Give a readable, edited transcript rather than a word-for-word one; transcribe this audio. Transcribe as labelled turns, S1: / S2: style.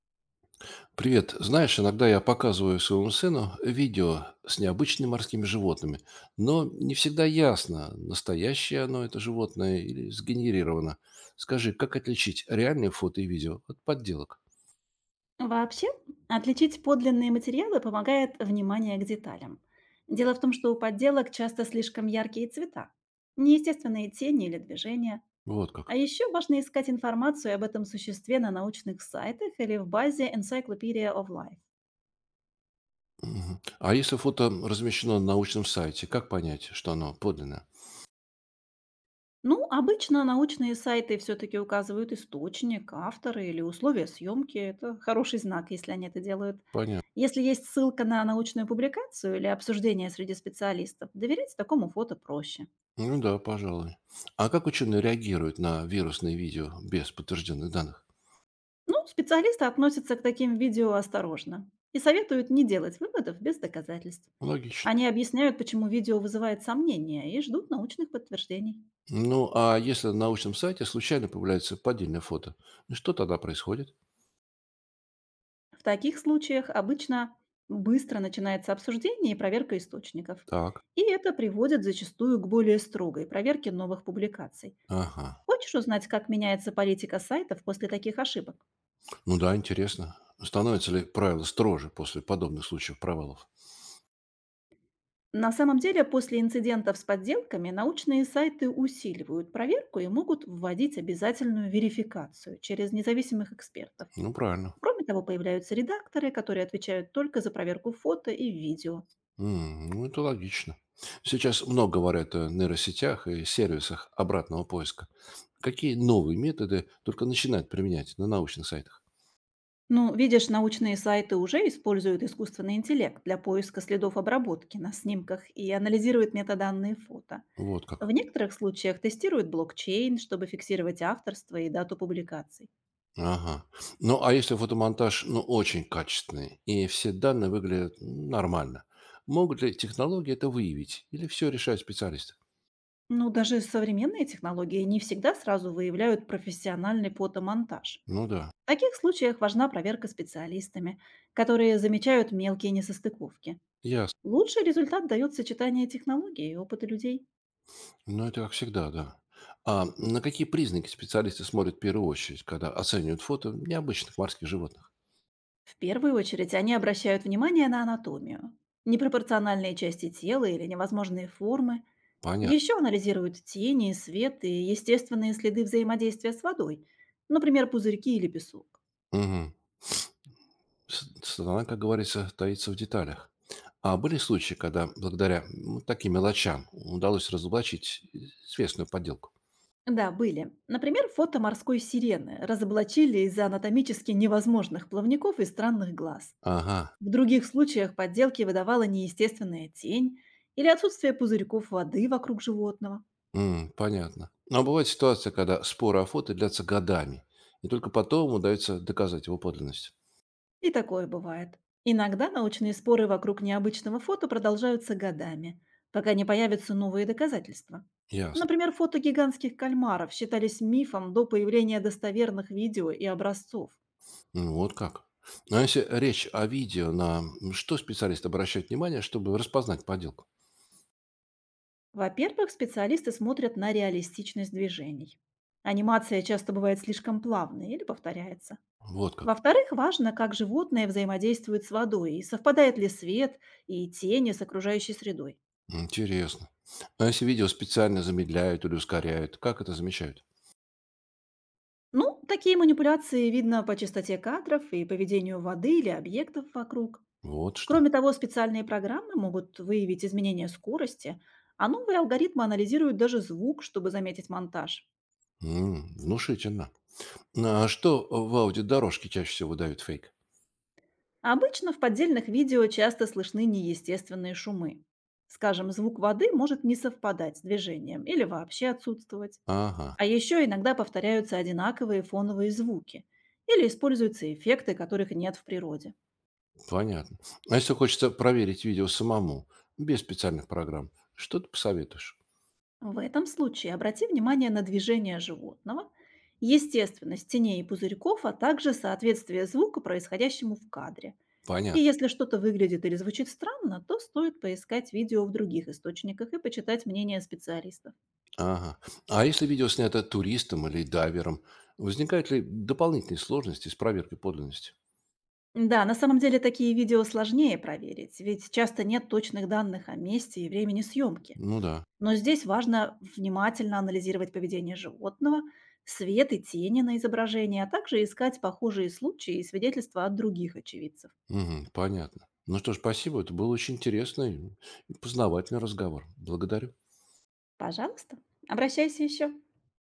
S1: Привет. Знаешь, иногда я показываю своему сыну видео с необычными морскими животными, но не всегда ясно, настоящее оно это животное или сгенерировано. Скажи, как отличить реальные фото и видео от подделок?
S2: Вообще, отличить подлинные материалы помогает внимание к деталям. Дело в том, что у подделок часто слишком яркие цвета, неестественные тени или движения.
S1: Вот
S2: А
S1: как.
S2: еще важно искать информацию об этом существе на научных сайтах или в базе Encyclopedia of Life.
S1: Мгм. А если фото размещено на научном сайте, как понять, что оно подлинное?
S2: Ну, обычно научные сайты все-таки указывают источник, авторы или условия съемки. Это хороший знак, если они это делают.
S1: Понятно.
S2: Если есть ссылка на научную публикацию или обсуждение среди специалистов, доверять такому фото проще.
S1: Ну да, пожалуй. А как ученые реагируют на вирусные видео без подтвержденных данных?
S2: Ну, специалисты относятся к таким видео осторожно и советуют не делать выводов без доказательств.
S1: Логично.
S2: Они объясняют, почему видео вызывает сомнения и ждут научных подтверждений.
S1: Ну, а если на научном сайте случайно появляется поддельное фото, ну что тогда происходит?
S2: В таких случаях обычно быстро начинается обсуждение и проверка источников.
S1: Так,
S2: И это приводит зачастую к более строгой проверке новых публикаций.
S1: ага.
S2: Хочешь узнать, как меняется политика сайтов после таких ошибок?
S1: Ну да, интересно. Становятся ли правила строже после подобных случаев провалов?
S2: На самом деле, после инцидентов с подделками научные сайты усиливают проверку и могут вводить обязательную верификацию через независимых экспертов.
S1: Ну, правильно.
S2: Кроме того, появляются редакторы, которые отвечают только за проверку фото и видео.
S1: Ну, это логично. Сейчас много говорят о нейросетях и сервисах обратного поиска. Какие новые методы только начинают применять на научных сайтах?
S2: Ну, видишь, научные сайты уже используют искусственный интеллект для поиска следов обработки на снимках и анализируют метаданные фото.
S1: Вот
S2: В
S1: как.
S2: некоторых случаях тестируют блокчейн, чтобы фиксировать авторство и дату публикаций.
S1: Ага. Ну, а если фотомонтаж, ну, очень качественный, и все данные выглядят нормально, могут ли технологии это выявить? Или все решают специалисты?
S2: Ну, даже современные технологии не всегда сразу выявляют профессиональный фотомонтаж.
S1: Ну да,
S2: В таких случаях важна проверка специалистами, которые замечают мелкие несостыковки.
S1: ясно.
S2: Лучший результат дает сочетание технологий и опыта людей.
S1: Ну, это как всегда, да. А на какие признаки специалисты смотрят в первую очередь, когда оценивают фото необычных морских животных?
S2: В первую очередь они обращают внимание на анатомию, непропорциональные части тела или невозможные формы.
S1: Понятно.
S2: Еще анализируют тени, свет и естественные следы взаимодействия с водой, например, пузырьки или песок.
S1: Мгм. Страна, как говорится, таится в деталях. А были случаи, когда благодаря таким мелочам удалось разоблачить известную подделку?
S2: Да, были. Например, фото морской сирены разоблачили из-за анатомически невозможных плавников и странных глаз.
S1: Ага.
S2: В других случаях подделки выдавала неестественная тень или отсутствие пузырьков воды вокруг животного.
S1: Понятно. Но бывает ситуация, когда споры о фото длятся годами, и только потом удается доказать его подлинность.
S2: И такое бывает. Иногда научные споры вокруг необычного фото продолжаются годами, пока не появятся новые доказательства.
S1: Ясно.
S2: Например, фото гигантских кальмаров считались мифом до появления достоверных видео и образцов.
S1: Ну, вот как. Ну, а если речь о видео, на что специалист обращает внимание, чтобы распознать подделку?
S2: Во-первых, специалисты смотрят на реалистичность движений. Анимация часто бывает слишком плавной или повторяется.
S1: Вот как.
S2: Во-вторых, важно, как животное взаимодействует с водой и совпадает ли свет и тени с окружающей средой.
S1: Интересно. А если видео специально замедляют или ускоряют, как это замечают?
S2: Ну, такие манипуляции видно по частоте кадров и поведению воды или объектов вокруг.
S1: Вот что.
S2: Кроме того, специальные программы могут выявить изменения скорости, а новые алгоритмы анализируют даже звук, чтобы заметить монтаж.
S1: Внушительно. Ну, а что в аудиодорожке чаще всего выдают фейк?
S2: Обычно в поддельных видео часто слышны неестественные шумы. Скажем, звук воды может не совпадать с движением или вообще отсутствовать.
S1: Ага.
S2: А еще иногда повторяются одинаковые фоновые звуки или используются эффекты, которых нет в природе.
S1: Понятно. А если хочется проверить видео самому, без специальных программ, что ты посоветуешь?
S2: В этом случае обрати внимание на движение животного, естественность теней и пузырьков, а также соответствие звука происходящему в кадре. И
S1: Понятно.
S2: если что-то выглядит или звучит странно, то стоит поискать видео в других источниках и почитать мнение специалистов.
S1: Ага. А если видео снято туристом или дайвером, возникают ли дополнительные сложности с проверкой подлинности?
S2: Да, на самом деле такие видео сложнее проверить, ведь часто нет точных данных о месте и времени съемки.
S1: Ну да.
S2: Но здесь важно внимательно анализировать поведение животного, свет и тени на изображении, а также искать похожие случаи и свидетельства от других очевидцев.
S1: Мгм. Понятно. Ну что ж, спасибо. Это был очень интересный и познавательный разговор. Благодарю.
S2: Пожалуйста, обращайся еще.